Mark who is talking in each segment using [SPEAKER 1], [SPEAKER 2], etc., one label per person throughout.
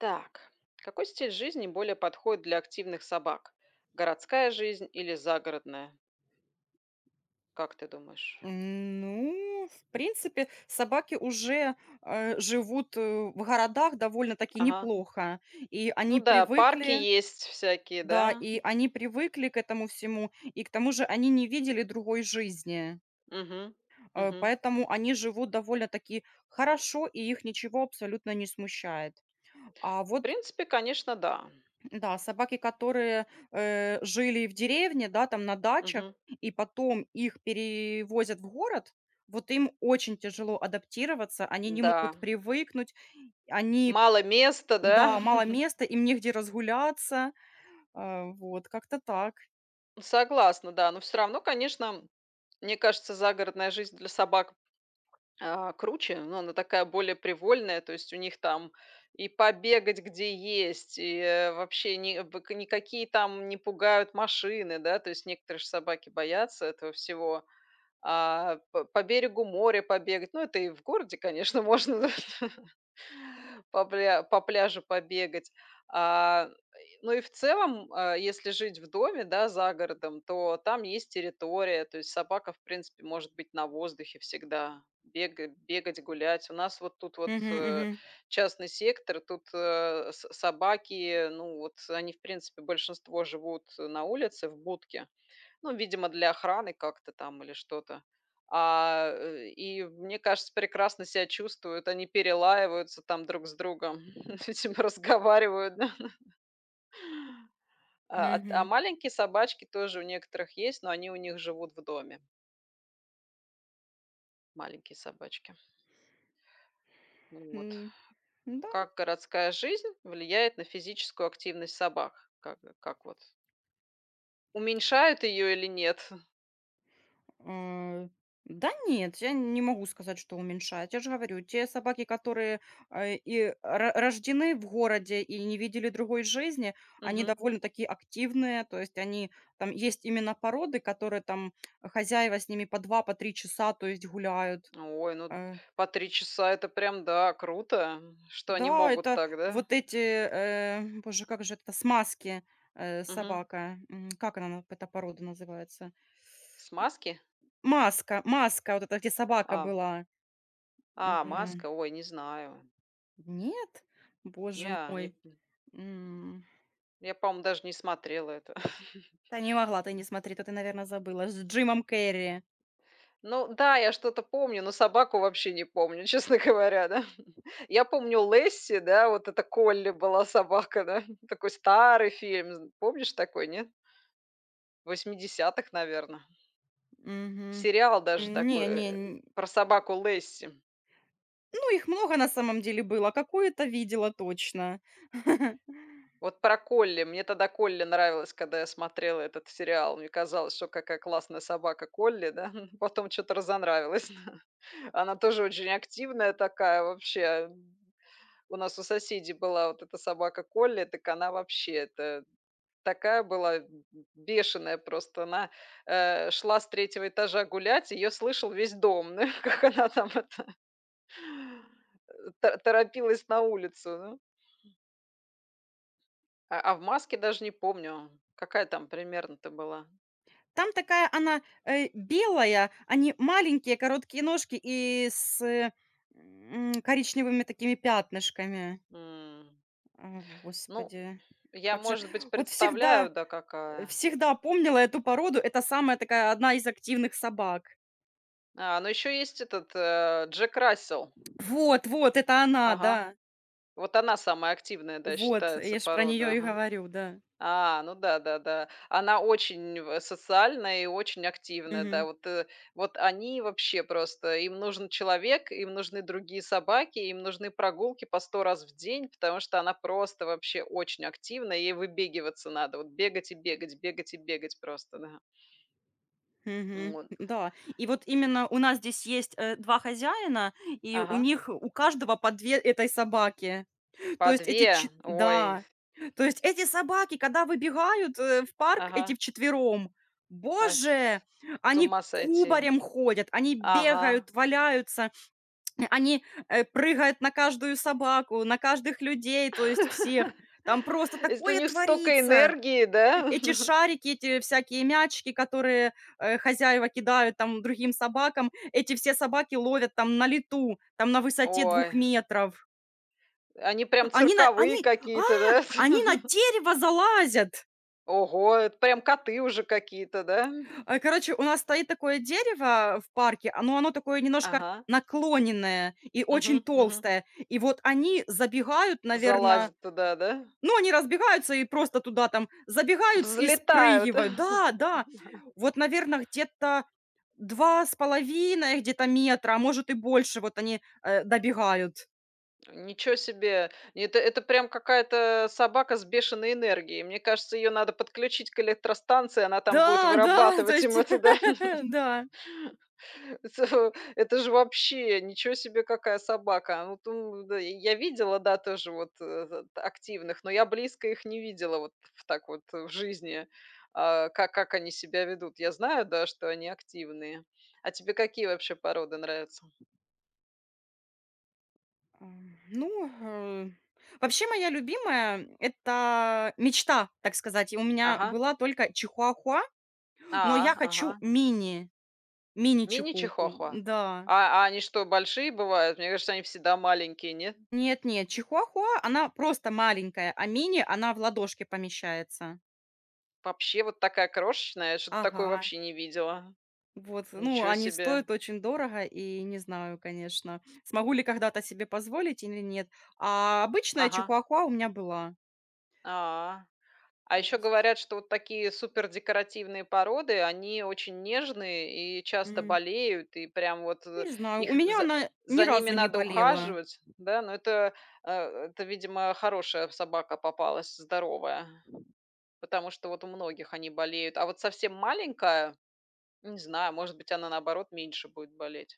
[SPEAKER 1] Так, какой стиль жизни более подходит для активных собак? Городская жизнь или загородная? Как ты думаешь?
[SPEAKER 2] Ну, в принципе, собаки уже живут в городах довольно-таки
[SPEAKER 1] Ага.
[SPEAKER 2] неплохо, и
[SPEAKER 1] Ну
[SPEAKER 2] они
[SPEAKER 1] да, парки
[SPEAKER 2] привыкли,
[SPEAKER 1] есть всякие,
[SPEAKER 2] да,
[SPEAKER 1] да?
[SPEAKER 2] и они привыкли к этому всему, и к тому же они не видели другой жизни.
[SPEAKER 1] Мгм. Мгм.
[SPEAKER 2] Поэтому они живут довольно-таки хорошо, и их ничего абсолютно не смущает. А
[SPEAKER 1] В
[SPEAKER 2] вот
[SPEAKER 1] принципе, конечно, да.
[SPEAKER 2] Да, собаки, которые, жили в деревне, да, там на дачах,
[SPEAKER 1] Мгм.
[SPEAKER 2] и потом их перевозят в город, вот им очень тяжело адаптироваться, они не
[SPEAKER 1] Да.
[SPEAKER 2] могут привыкнуть, они
[SPEAKER 1] Мало места, да?
[SPEAKER 2] да, мало места, им негде разгуляться, вот как-то так.
[SPEAKER 1] Согласна, да. Но все равно, конечно, мне кажется, загородная жизнь для собак, круче, но она такая более привольная, то есть у них там и побегать где есть, и вообще никакие там не пугают машины, да, то есть некоторые же собаки боятся этого всего. По берегу моря побегать, ну это и в городе, конечно, можно. Да. По пляжу побегать. А, ну и в целом, если жить в доме, да, за городом, то там есть территория, то есть собака, в принципе, может быть на воздухе всегда, бегать, гулять. У нас вот тут вот,
[SPEAKER 2] Мгм, мгм,
[SPEAKER 1] частный сектор, тут, с собаки, ну вот они, в принципе, большинство живут на улице в будке. Ну, видимо, для охраны как-то там или что-то. И, мне кажется, прекрасно себя чувствуют. Они перелаиваются там друг с другом, видимо, разговаривают. Да. А
[SPEAKER 2] мгм.
[SPEAKER 1] маленькие собачки тоже у некоторых есть, но они у них живут в доме, маленькие собачки. Вот.
[SPEAKER 2] М, да.
[SPEAKER 1] Как городская жизнь влияет на физическую активность собак? Как вот? Уменьшают ее или нет?
[SPEAKER 2] Э, да нет, я не могу сказать, что уменьшает. Я же говорю, те собаки, которые и рождены в городе и не видели другой жизни, они
[SPEAKER 1] Мгм.
[SPEAKER 2] довольно-таки активные, то есть они там есть именно породы, которые там хозяева с ними по два, по три часа, то есть гуляют.
[SPEAKER 1] Ой, ну
[SPEAKER 2] Э,
[SPEAKER 1] по три часа это прям, да, круто, что они
[SPEAKER 2] да,
[SPEAKER 1] могут
[SPEAKER 2] это
[SPEAKER 1] так, да?
[SPEAKER 2] вот эти, боже, как же это, смазки
[SPEAKER 1] Мгм.
[SPEAKER 2] собака, как она, эта порода называется?
[SPEAKER 1] С маски?
[SPEAKER 2] Маска, маска, вот эта, где собака
[SPEAKER 1] А,
[SPEAKER 2] была. Э,
[SPEAKER 1] а, маска, ой, не знаю.
[SPEAKER 2] Нет? Боже
[SPEAKER 1] Неа, не
[SPEAKER 2] мой. М.
[SPEAKER 1] я, по-моему, даже не смотрела это.
[SPEAKER 2] Та не могла ты не смотри, то ты, наверное, забыла. С Джимом Керри.
[SPEAKER 1] Ну да, я что-то помню, но собаку вообще не помню, честно говоря, да. Я помню Лесси, да, вот это Колли была собака, да. Такой старый фильм, з помнишь такой, нет? 80 наверное.
[SPEAKER 2] Мгм.
[SPEAKER 1] Сериал даже
[SPEAKER 2] Не
[SPEAKER 1] такой,
[SPEAKER 2] не, н
[SPEAKER 1] про собаку Лесси.
[SPEAKER 2] ну, их много на самом деле было. Какую-то видела точно.
[SPEAKER 1] Вот про Колли. Мне тогда Колли нравилась, когда я смотрела этот сериал. Мне казалось, что какая классная собака Колли, да. Потом что то разонравилась. Она тоже очень активная такая вообще. У нас у соседей была вот эта собака Колли, так она вообще это такая была, б бешеная просто. Она, шла с третьего этажа гулять, ее слышал весь дом, ну как она там это, э, та торопилась на улицу, ну. А в "Маске" даже не помню, какая там примерно-то была.
[SPEAKER 2] Там такая она, белая, они маленькие, короткие ножки и с, коричневыми такими пятнышками.
[SPEAKER 1] М.
[SPEAKER 2] А,
[SPEAKER 1] Ну,
[SPEAKER 2] господи,
[SPEAKER 1] я,
[SPEAKER 2] как же
[SPEAKER 1] может быть,
[SPEAKER 2] вот всегда,
[SPEAKER 1] представляю, да, какая.
[SPEAKER 2] всегда помнила эту породу. Это самая такая, одна из активных собак.
[SPEAKER 1] Ну еще есть этот, Джек Рассел.
[SPEAKER 2] Вот, вот, это она,
[SPEAKER 1] Ага.
[SPEAKER 2] да.
[SPEAKER 1] Вот она самая активная, да,
[SPEAKER 2] Вот,
[SPEAKER 1] считается
[SPEAKER 2] я ж про
[SPEAKER 1] порода,
[SPEAKER 2] нее и
[SPEAKER 1] ага.
[SPEAKER 2] говорю, да.
[SPEAKER 1] А, ну да-да-да. Она очень в социальная и очень активная, да.
[SPEAKER 2] Мгм.
[SPEAKER 1] Вот, вот они вообще просто им нужен человек, им нужны другие собаки, им нужны прогулки по 100 раз в день, потому что она просто вообще очень активная. Ей выбегиваться надо. Вот бегать и бегать просто, да.
[SPEAKER 2] Мгм.
[SPEAKER 1] Вот.
[SPEAKER 2] Да. И вот именно у нас здесь есть, 2 хозяина, и у
[SPEAKER 1] Ага.
[SPEAKER 2] них у каждого по 2 этой собаки. То
[SPEAKER 1] По
[SPEAKER 2] есть эти
[SPEAKER 1] 2,
[SPEAKER 2] чет
[SPEAKER 1] ой,
[SPEAKER 2] да. То есть эти собаки, когда выбегают, в парк, эти
[SPEAKER 1] ага.
[SPEAKER 2] вчетвером,
[SPEAKER 1] Ай,
[SPEAKER 2] боже,
[SPEAKER 1] с
[SPEAKER 2] они
[SPEAKER 1] ума сойти.
[SPEAKER 2] кубарем ходят, они
[SPEAKER 1] Ага.
[SPEAKER 2] бегают, валяются. Они, прыгают на каждую собаку, на каждых людей, то есть всех. Там просто
[SPEAKER 1] Если у
[SPEAKER 2] такое
[SPEAKER 1] них столько
[SPEAKER 2] творится.
[SPEAKER 1] энергии, да?
[SPEAKER 2] Эти шарики, эти всякие мячики, которые, хозяева кидают там другим собакам, эти все собаки ловят там на лету, там на высоте
[SPEAKER 1] Ой,
[SPEAKER 2] двух метров.
[SPEAKER 1] они прям
[SPEAKER 2] Они на
[SPEAKER 1] цирковые
[SPEAKER 2] они а,
[SPEAKER 1] какие-то, да?
[SPEAKER 2] они на дерево залазят!
[SPEAKER 1] Ого, это прям коты уже какие-то, да?
[SPEAKER 2] Короче, у нас стоит такое дерево в парке, но оно такое немножко
[SPEAKER 1] Ага.
[SPEAKER 2] наклоненное и очень
[SPEAKER 1] Угу, угу.
[SPEAKER 2] толстое. И вот они забегают, наверное.
[SPEAKER 1] Залазят туда, да?
[SPEAKER 2] Ну, они разбегаются и просто туда там забегают и
[SPEAKER 1] Взлетают.
[SPEAKER 2] спрыгивают. Да, да. Вот, наверно, где-то 2,5 где-то метра, а может и больше, вот они, добегают.
[SPEAKER 1] Ничего себе! Это прям какая-то собака с бешеной энергией. Мне кажется, ее надо подключить к электростанции, она там будет
[SPEAKER 2] Да, да, то
[SPEAKER 1] вырабатывать им
[SPEAKER 2] есть,
[SPEAKER 1] это, да.
[SPEAKER 2] да.
[SPEAKER 1] Это же вообще ничего себе, какая собака. Ну, тум да, я видела, да, тоже вот, активных, но я близко их не видела вот в так вот, в жизни, как они себя ведут. Я знаю, да, что они активные. А тебе какие вообще породы нравятся?
[SPEAKER 2] Ну, вообще моя любимая — это мечта, так сказать. И у меня
[SPEAKER 1] Ага.
[SPEAKER 2] была только чихуахуа, но
[SPEAKER 1] А,
[SPEAKER 2] я хочу
[SPEAKER 1] ага.
[SPEAKER 2] мини чихуху.
[SPEAKER 1] Мини-чихуахуа.
[SPEAKER 2] Да.
[SPEAKER 1] А они что, большие бывают? Мне кажется, они всегда маленькие, нет?
[SPEAKER 2] Нет нет, чихуахуа, она просто маленькая, а мини — она в ладошке помещается.
[SPEAKER 1] Вообще вот такая крошечная, я что-то такое
[SPEAKER 2] Ага.
[SPEAKER 1] вообще не видела.
[SPEAKER 2] Вот, ну,
[SPEAKER 1] Ничего
[SPEAKER 2] они
[SPEAKER 1] себе.
[SPEAKER 2] стоят очень дорого, и не знаю, конечно, смогу ли когда-то себе позволить или нет. А обычная
[SPEAKER 1] Ага.
[SPEAKER 2] чихуахуа у меня была.
[SPEAKER 1] А. А
[SPEAKER 2] То
[SPEAKER 1] еще
[SPEAKER 2] есть,
[SPEAKER 1] говорят, что вот такие супер декоративные породы, они очень нежные и часто
[SPEAKER 2] м,
[SPEAKER 1] болеют, и прям вот,
[SPEAKER 2] не знаю, у
[SPEAKER 1] их
[SPEAKER 2] меня
[SPEAKER 1] за
[SPEAKER 2] она ни
[SPEAKER 1] за ними
[SPEAKER 2] разу не
[SPEAKER 1] надо
[SPEAKER 2] болела.
[SPEAKER 1] ухаживать, да. Но это, э, это, видимо, хорошая собака попалась, здоровая, потому что вот у многих они болеют. А вот совсем маленькая. Не знаю, может быть, она, наоборот, меньше будет болеть.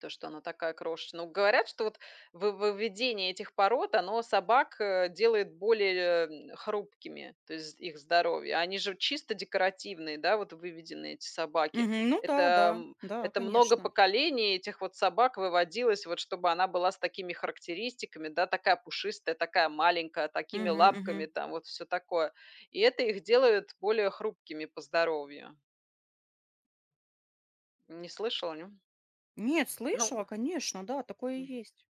[SPEAKER 1] То, что она такая крошечная. Ну, говорят, что вот выведение этих пород, оно собак, делает более, хрупкими, то есть их здоровье. А они же чисто декоративные, да, вот выведены эти собаки.
[SPEAKER 2] Мгм. Ну да,
[SPEAKER 1] Это,
[SPEAKER 2] да, да,
[SPEAKER 1] это много
[SPEAKER 2] конечно.
[SPEAKER 1] поколений этих вот собак выводилось, вот чтобы она была с такими характеристиками, да, такая пушистая, такая маленькая, такими
[SPEAKER 2] Мгм,
[SPEAKER 1] лапками
[SPEAKER 2] мгм.
[SPEAKER 1] там, вот все такое. И это их делает более хрупкими по здоровью. Не слышала, не?
[SPEAKER 2] Нет,
[SPEAKER 1] Ну,
[SPEAKER 2] слышала, конечно, да, такое и
[SPEAKER 1] мгм.
[SPEAKER 2] есть.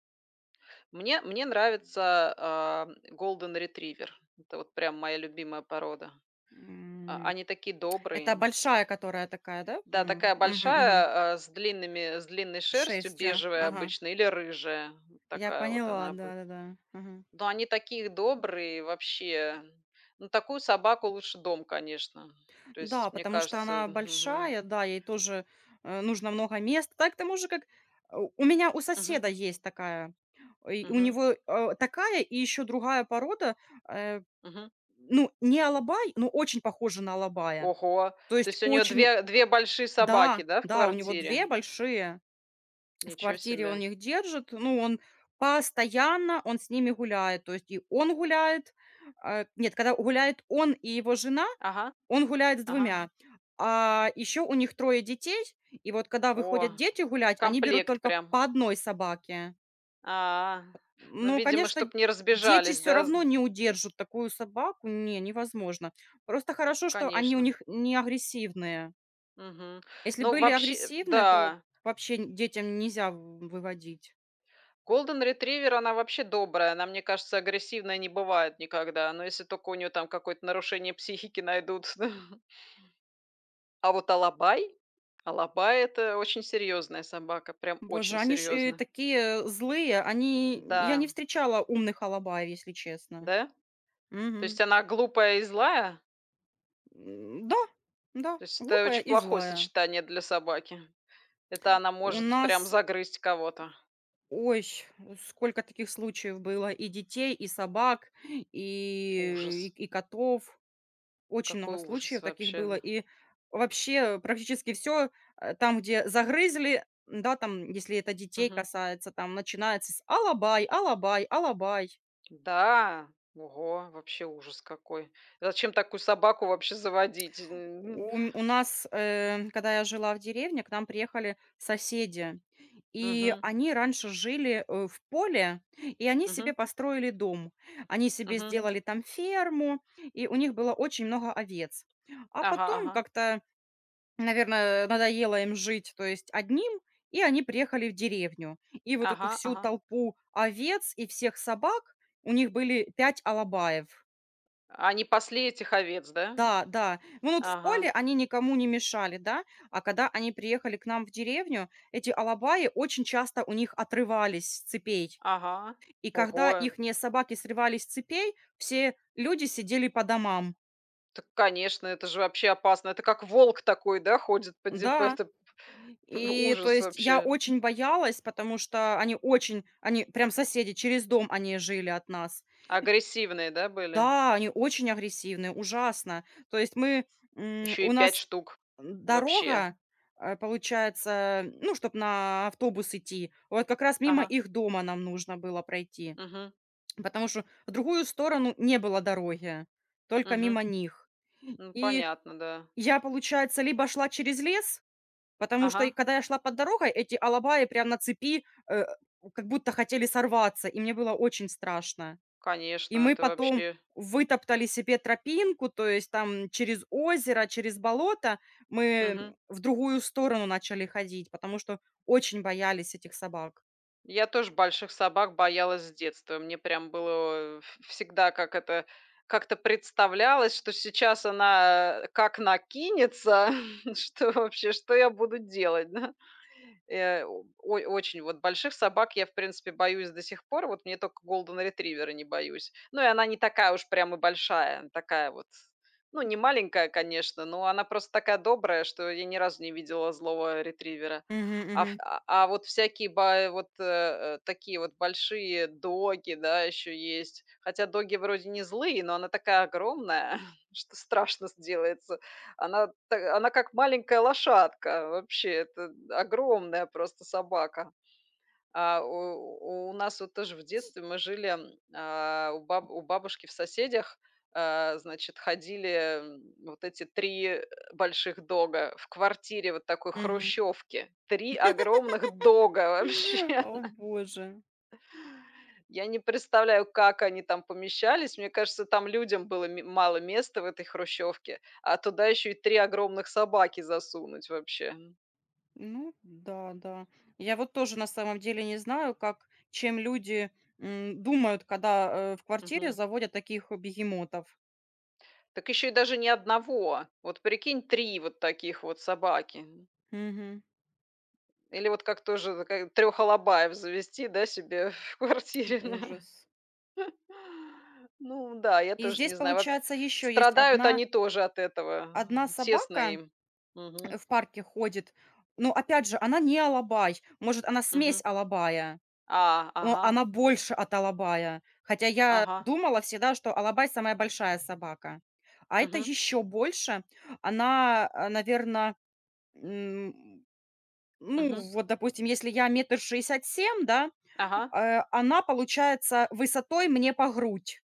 [SPEAKER 1] Мне нравится, Golden Retriever. Это вот прям моя любимая порода.
[SPEAKER 2] М,
[SPEAKER 1] Они такие
[SPEAKER 2] это
[SPEAKER 1] добрые.
[SPEAKER 2] большая, которая такая, да,
[SPEAKER 1] Да,
[SPEAKER 2] по-моему?
[SPEAKER 1] такая
[SPEAKER 2] Мгм, мгм.
[SPEAKER 1] большая, с длинными, с длинной шерстью,
[SPEAKER 2] Шерстью,
[SPEAKER 1] бежевая
[SPEAKER 2] ага.
[SPEAKER 1] обычно или рыжая. Вот
[SPEAKER 2] Я
[SPEAKER 1] такая вот
[SPEAKER 2] поняла,
[SPEAKER 1] она бы.
[SPEAKER 2] да-да-да. Мгм.
[SPEAKER 1] Но они такие добрые вообще. Ну, такую собаку лучше дом, конечно. То
[SPEAKER 2] Да,
[SPEAKER 1] есть, мне
[SPEAKER 2] потому что
[SPEAKER 1] кажется,
[SPEAKER 2] она
[SPEAKER 1] мгм,
[SPEAKER 2] большая, да, ей тоже, нужно много места. Так к тому же, как у меня у
[SPEAKER 1] мгм,
[SPEAKER 2] соседа есть такая. И у
[SPEAKER 1] мгм,
[SPEAKER 2] него, такая и еще другая порода, э,
[SPEAKER 1] мгм.
[SPEAKER 2] ну, не алабай, но очень похожа на алабая.
[SPEAKER 1] Ого!
[SPEAKER 2] То
[SPEAKER 1] То
[SPEAKER 2] есть
[SPEAKER 1] есть у нее
[SPEAKER 2] очень
[SPEAKER 1] две большие собаки,
[SPEAKER 2] Да,
[SPEAKER 1] да, в
[SPEAKER 2] да, у него
[SPEAKER 1] квартире?
[SPEAKER 2] 2 большие. В
[SPEAKER 1] Ничего
[SPEAKER 2] квартире он
[SPEAKER 1] себе.
[SPEAKER 2] их держит, ну, он постоянно, он с ними гуляет, то есть и он гуляет, а, нет, когда гуляет он и его жена,
[SPEAKER 1] Ага.
[SPEAKER 2] он гуляет с
[SPEAKER 1] Ага.
[SPEAKER 2] двумя, а еще у них трое детей, и вот когда
[SPEAKER 1] О,
[SPEAKER 2] выходят дети гулять, они берут
[SPEAKER 1] комплект
[SPEAKER 2] только
[SPEAKER 1] прям.
[SPEAKER 2] по одной собаке.
[SPEAKER 1] А, ну,
[SPEAKER 2] Ну,
[SPEAKER 1] видимо,
[SPEAKER 2] конечно,
[SPEAKER 1] чтобы не
[SPEAKER 2] дети
[SPEAKER 1] разбежались,
[SPEAKER 2] все
[SPEAKER 1] да,
[SPEAKER 2] равно не удержат такую собаку, не, невозможно. Просто хорошо, что они у
[SPEAKER 1] конечно.
[SPEAKER 2] них не агрессивные.
[SPEAKER 1] Мгм.
[SPEAKER 2] Если
[SPEAKER 1] Ну,
[SPEAKER 2] были
[SPEAKER 1] вообще,
[SPEAKER 2] агрессивные, то
[SPEAKER 1] да,
[SPEAKER 2] вообще детям нельзя в выводить.
[SPEAKER 1] Golden Retriever, она вообще добрая. Она, мне кажется, агрессивная не бывает никогда. Но если только у нее там какое-то нарушение психики найдут. А вот Алабай, Алабай это очень серьезная собака, прям очень
[SPEAKER 2] Боже, они ж,
[SPEAKER 1] серьезно.
[SPEAKER 2] такие злые. Они Я не
[SPEAKER 1] Да,
[SPEAKER 2] встречала умных алабаев, если честно.
[SPEAKER 1] да? То
[SPEAKER 2] Мгм.
[SPEAKER 1] есть она глупая и злая?
[SPEAKER 2] Да, да,
[SPEAKER 1] То есть это
[SPEAKER 2] глупая
[SPEAKER 1] очень
[SPEAKER 2] и
[SPEAKER 1] плохое
[SPEAKER 2] злая.
[SPEAKER 1] сочетание для собаки. Это она
[SPEAKER 2] У
[SPEAKER 1] может прям
[SPEAKER 2] нас,
[SPEAKER 1] загрызть кого-то.
[SPEAKER 2] ой, сколько таких случаев было: и детей, и собак, и
[SPEAKER 1] Ужас.
[SPEAKER 2] и и котов. Очень
[SPEAKER 1] Какой
[SPEAKER 2] много случаев
[SPEAKER 1] ужас
[SPEAKER 2] таких было.
[SPEAKER 1] вообще.
[SPEAKER 2] И вообще практически все там, где загрызли, да, там, если это детей
[SPEAKER 1] Мгм.
[SPEAKER 2] касается, там начинается с: "Алабай, алабай, алабай".
[SPEAKER 1] Да. Ого, вообще ужас какой. Зачем такую собаку вообще заводить? Н-.
[SPEAKER 2] У нас, когда я жила в деревне, к нам приехали соседи, и
[SPEAKER 1] Мгм.
[SPEAKER 2] они раньше жили, в поле, и они
[SPEAKER 1] Мгм.
[SPEAKER 2] себе построили дом. Они себе
[SPEAKER 1] Мгм.
[SPEAKER 2] сделали там ферму, и у них было очень много овец. А
[SPEAKER 1] Ага,
[SPEAKER 2] потом
[SPEAKER 1] ага.
[SPEAKER 2] как-то, наверное, надоело им жить, то есть одним, и они приехали в деревню. И вот эту
[SPEAKER 1] Ага,
[SPEAKER 2] всю
[SPEAKER 1] ага.
[SPEAKER 2] толпу овец и всех собак, у них были 5 алабаев.
[SPEAKER 1] Они пасли этих овец, да?
[SPEAKER 2] Да, да. Ну, вот в
[SPEAKER 1] Ага,
[SPEAKER 2] поле они никому не мешали, да, а когда они приехали к нам в деревню, эти алабаи очень часто у них отрывались с цепей.
[SPEAKER 1] ага.
[SPEAKER 2] И когда
[SPEAKER 1] Ого,
[SPEAKER 2] ихние собаки срывались с цепей, все люди сидели по домам.
[SPEAKER 1] так, конечно, это же вообще опасно. Это как волк такой, да, ходит по, де- по
[SPEAKER 2] Да,
[SPEAKER 1] это.
[SPEAKER 2] и то
[SPEAKER 1] Ужас
[SPEAKER 2] есть я
[SPEAKER 1] вообще.
[SPEAKER 2] очень боялась, потому что они очень, они прям соседи, через дом они жили от нас.
[SPEAKER 1] Агрессивные, да, были?
[SPEAKER 2] Да, они очень агрессивные, ужасно. То есть мы,
[SPEAKER 1] Еще и
[SPEAKER 2] у
[SPEAKER 1] пять
[SPEAKER 2] нас
[SPEAKER 1] штук вообще.
[SPEAKER 2] Дорога, получается, ну, чтобы на автобус идти, вот как раз мимо
[SPEAKER 1] Ага.
[SPEAKER 2] их дома нам нужно было пройти,
[SPEAKER 1] Мгм,
[SPEAKER 2] потому что в другую сторону не было дороги, только
[SPEAKER 1] мгм.
[SPEAKER 2] мимо них.
[SPEAKER 1] Ну,
[SPEAKER 2] И
[SPEAKER 1] понятно, да.
[SPEAKER 2] я, получается, либо шла через лес, потому что и
[SPEAKER 1] Ага,
[SPEAKER 2] когда я шла под дорогой, эти алабаи прям на цепи, э, как будто хотели сорваться, и мне было очень страшно.
[SPEAKER 1] конечно,
[SPEAKER 2] И мы
[SPEAKER 1] это
[SPEAKER 2] потом
[SPEAKER 1] вообще.
[SPEAKER 2] вытоптали себе тропинку, то есть там через озеро, через болото мы
[SPEAKER 1] Мгм.
[SPEAKER 2] в другую сторону начали ходить, потому что очень боялись этих собак.
[SPEAKER 1] Я тоже больших собак боялась с детства. Мне прям было, э, в всегда как это, как-то представлялось, что сейчас она, как накинется, что вообще, что я буду делать, да? О очень вот больших собак я, в принципе, боюсь до сих пор. Вот мне только голден ретривера не боюсь. Ну, и она не такая уж прям и большая, она такая вот, ну, не маленькая, конечно, но она просто такая добрая, что я ни разу не видела злого ретривера.
[SPEAKER 2] Мгм,
[SPEAKER 1] А ф
[SPEAKER 2] мгм,
[SPEAKER 1] а вот всякие ба вот, такие вот большие доги, да, еще есть. Хотя доги вроде не злые, но она такая огромная, что страшно сделается. Она та она как маленькая лошадка, вообще, это огромная просто собака. А у нас вот тоже в детстве мы жили, у бабушки в соседях, значит, ходили, вот эти 3 больших дога в квартире вот такой
[SPEAKER 2] мгм.
[SPEAKER 1] хрущевки. Три огромных дога, вообще.
[SPEAKER 2] О боже.
[SPEAKER 1] Я не представляю, как они там помещались. Мне кажется, там людям было мало места в этой хрущевке, а туда еще и три огромных собаки засунуть вообще.
[SPEAKER 2] Ну да, да. Я вот тоже на самом деле не знаю, как, чем люди думают, когда в квартире
[SPEAKER 1] Мгм.
[SPEAKER 2] заводят таких бегемотов.
[SPEAKER 1] Так еще и даже не одного. Вот прикинь, три вот таких вот собаки.
[SPEAKER 2] Мгм.
[SPEAKER 1] Или вот как тоже трех алабаев завести, да, себе в квартире.
[SPEAKER 2] Ужас.
[SPEAKER 1] Ну да, я
[SPEAKER 2] И
[SPEAKER 1] тоже
[SPEAKER 2] здесь,
[SPEAKER 1] не знаю. Во-.
[SPEAKER 2] получается, еще есть
[SPEAKER 1] Страдают они тоже от этого.
[SPEAKER 2] одна
[SPEAKER 1] Тесно
[SPEAKER 2] собака,
[SPEAKER 1] им. Мгм.
[SPEAKER 2] В парке ходит. Но опять же, она не алабай. Может, она смесь
[SPEAKER 1] Мгм.
[SPEAKER 2] алабая,
[SPEAKER 1] А,
[SPEAKER 2] но
[SPEAKER 1] ага,
[SPEAKER 2] она больше от алабая. Хотя я
[SPEAKER 1] ага.
[SPEAKER 2] думала всегда, что алабай самая большая собака. А это
[SPEAKER 1] Мгм.
[SPEAKER 2] еще больше. Она, наверное, ну,
[SPEAKER 1] Мгм.
[SPEAKER 2] вот, допустим, если я метр 67, да,
[SPEAKER 1] Ага.
[SPEAKER 2] она, получается, высотой мне по грудь.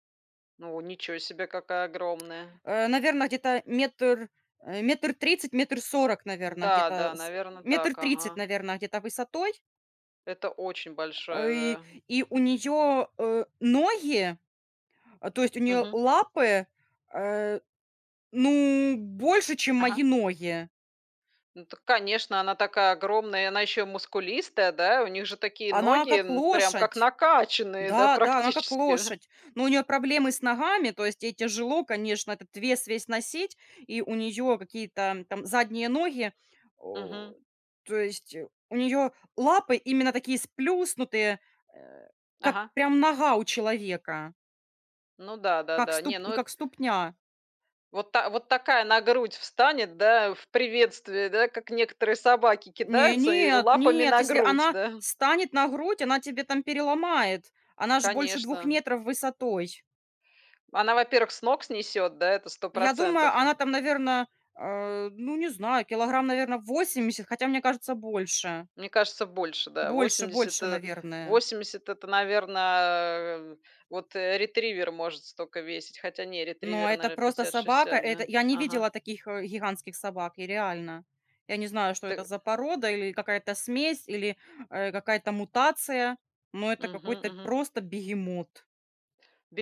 [SPEAKER 1] Ну ничего себе, какая огромная.
[SPEAKER 2] Наверное, где-то метр, 1 30, 1 40, наверно,
[SPEAKER 1] Да, да,
[SPEAKER 2] где-то с
[SPEAKER 1] наверное
[SPEAKER 2] 1
[SPEAKER 1] так,
[SPEAKER 2] 30,
[SPEAKER 1] ага.
[SPEAKER 2] наверно, где-то высотой.
[SPEAKER 1] Это очень
[SPEAKER 2] А,
[SPEAKER 1] большая,
[SPEAKER 2] и
[SPEAKER 1] да.
[SPEAKER 2] и у нее ноги, то есть у нее
[SPEAKER 1] Мгм.
[SPEAKER 2] лапы, э, ну, больше, чем
[SPEAKER 1] Ага.
[SPEAKER 2] мои ноги.
[SPEAKER 1] Ну так, конечно, она такая огромная, и она еще мускулистая, да? У них же такие
[SPEAKER 2] Она
[SPEAKER 1] ноги,
[SPEAKER 2] как
[SPEAKER 1] прям как
[SPEAKER 2] лошадь.
[SPEAKER 1] накачанные, да,
[SPEAKER 2] Да, да, она как
[SPEAKER 1] практически.
[SPEAKER 2] лошадь. Но у нее проблемы с ногами, то есть ей тяжело, конечно, этот вес весь носить, и у нее какие-то там задние ноги. О,
[SPEAKER 1] Мгм.
[SPEAKER 2] то есть, у нее лапы именно такие сплюснутые, э, как
[SPEAKER 1] Ага.
[SPEAKER 2] прям нога у человека,
[SPEAKER 1] Ну да, да-да. Не, ну эт
[SPEAKER 2] как ступня.
[SPEAKER 1] вот та вот такая на грудь встанет, да, в приветствии, да, как некоторые собаки
[SPEAKER 2] Не,
[SPEAKER 1] кидаются и
[SPEAKER 2] нет,
[SPEAKER 1] лапами
[SPEAKER 2] нет,
[SPEAKER 1] на
[SPEAKER 2] если
[SPEAKER 1] грудь,
[SPEAKER 2] она
[SPEAKER 1] да.
[SPEAKER 2] станет на грудь, она тебе там переломает. Она ж больше двух
[SPEAKER 1] Конечно.
[SPEAKER 2] метров высотой.
[SPEAKER 1] Она, во-первых, с ног снесет, да, это сто
[SPEAKER 2] Я думаю,
[SPEAKER 1] процентов.
[SPEAKER 2] она там, наверное, ну, не знаю, килограмм, наверное, 80. Хотя, мне кажется, больше.
[SPEAKER 1] Мне кажется, больше, да.
[SPEAKER 2] Больше
[SPEAKER 1] Восемьдесят,
[SPEAKER 2] больше, наверное.
[SPEAKER 1] 80 это, наверное, вот, ретривер может столько весить. Хотя не,
[SPEAKER 2] Но
[SPEAKER 1] ретривер,
[SPEAKER 2] это
[SPEAKER 1] наверное,
[SPEAKER 2] просто
[SPEAKER 1] пятьдесят
[SPEAKER 2] собака.
[SPEAKER 1] шестьдесят,
[SPEAKER 2] Это
[SPEAKER 1] да.
[SPEAKER 2] я не
[SPEAKER 1] Ага.
[SPEAKER 2] видела таких, гигантских собак, и реально. Я не знаю, что это
[SPEAKER 1] Ты
[SPEAKER 2] за порода или какая-то смесь, или, какая-то мутация, но это
[SPEAKER 1] мгм,
[SPEAKER 2] какой-то
[SPEAKER 1] мгм.
[SPEAKER 2] просто бегемот.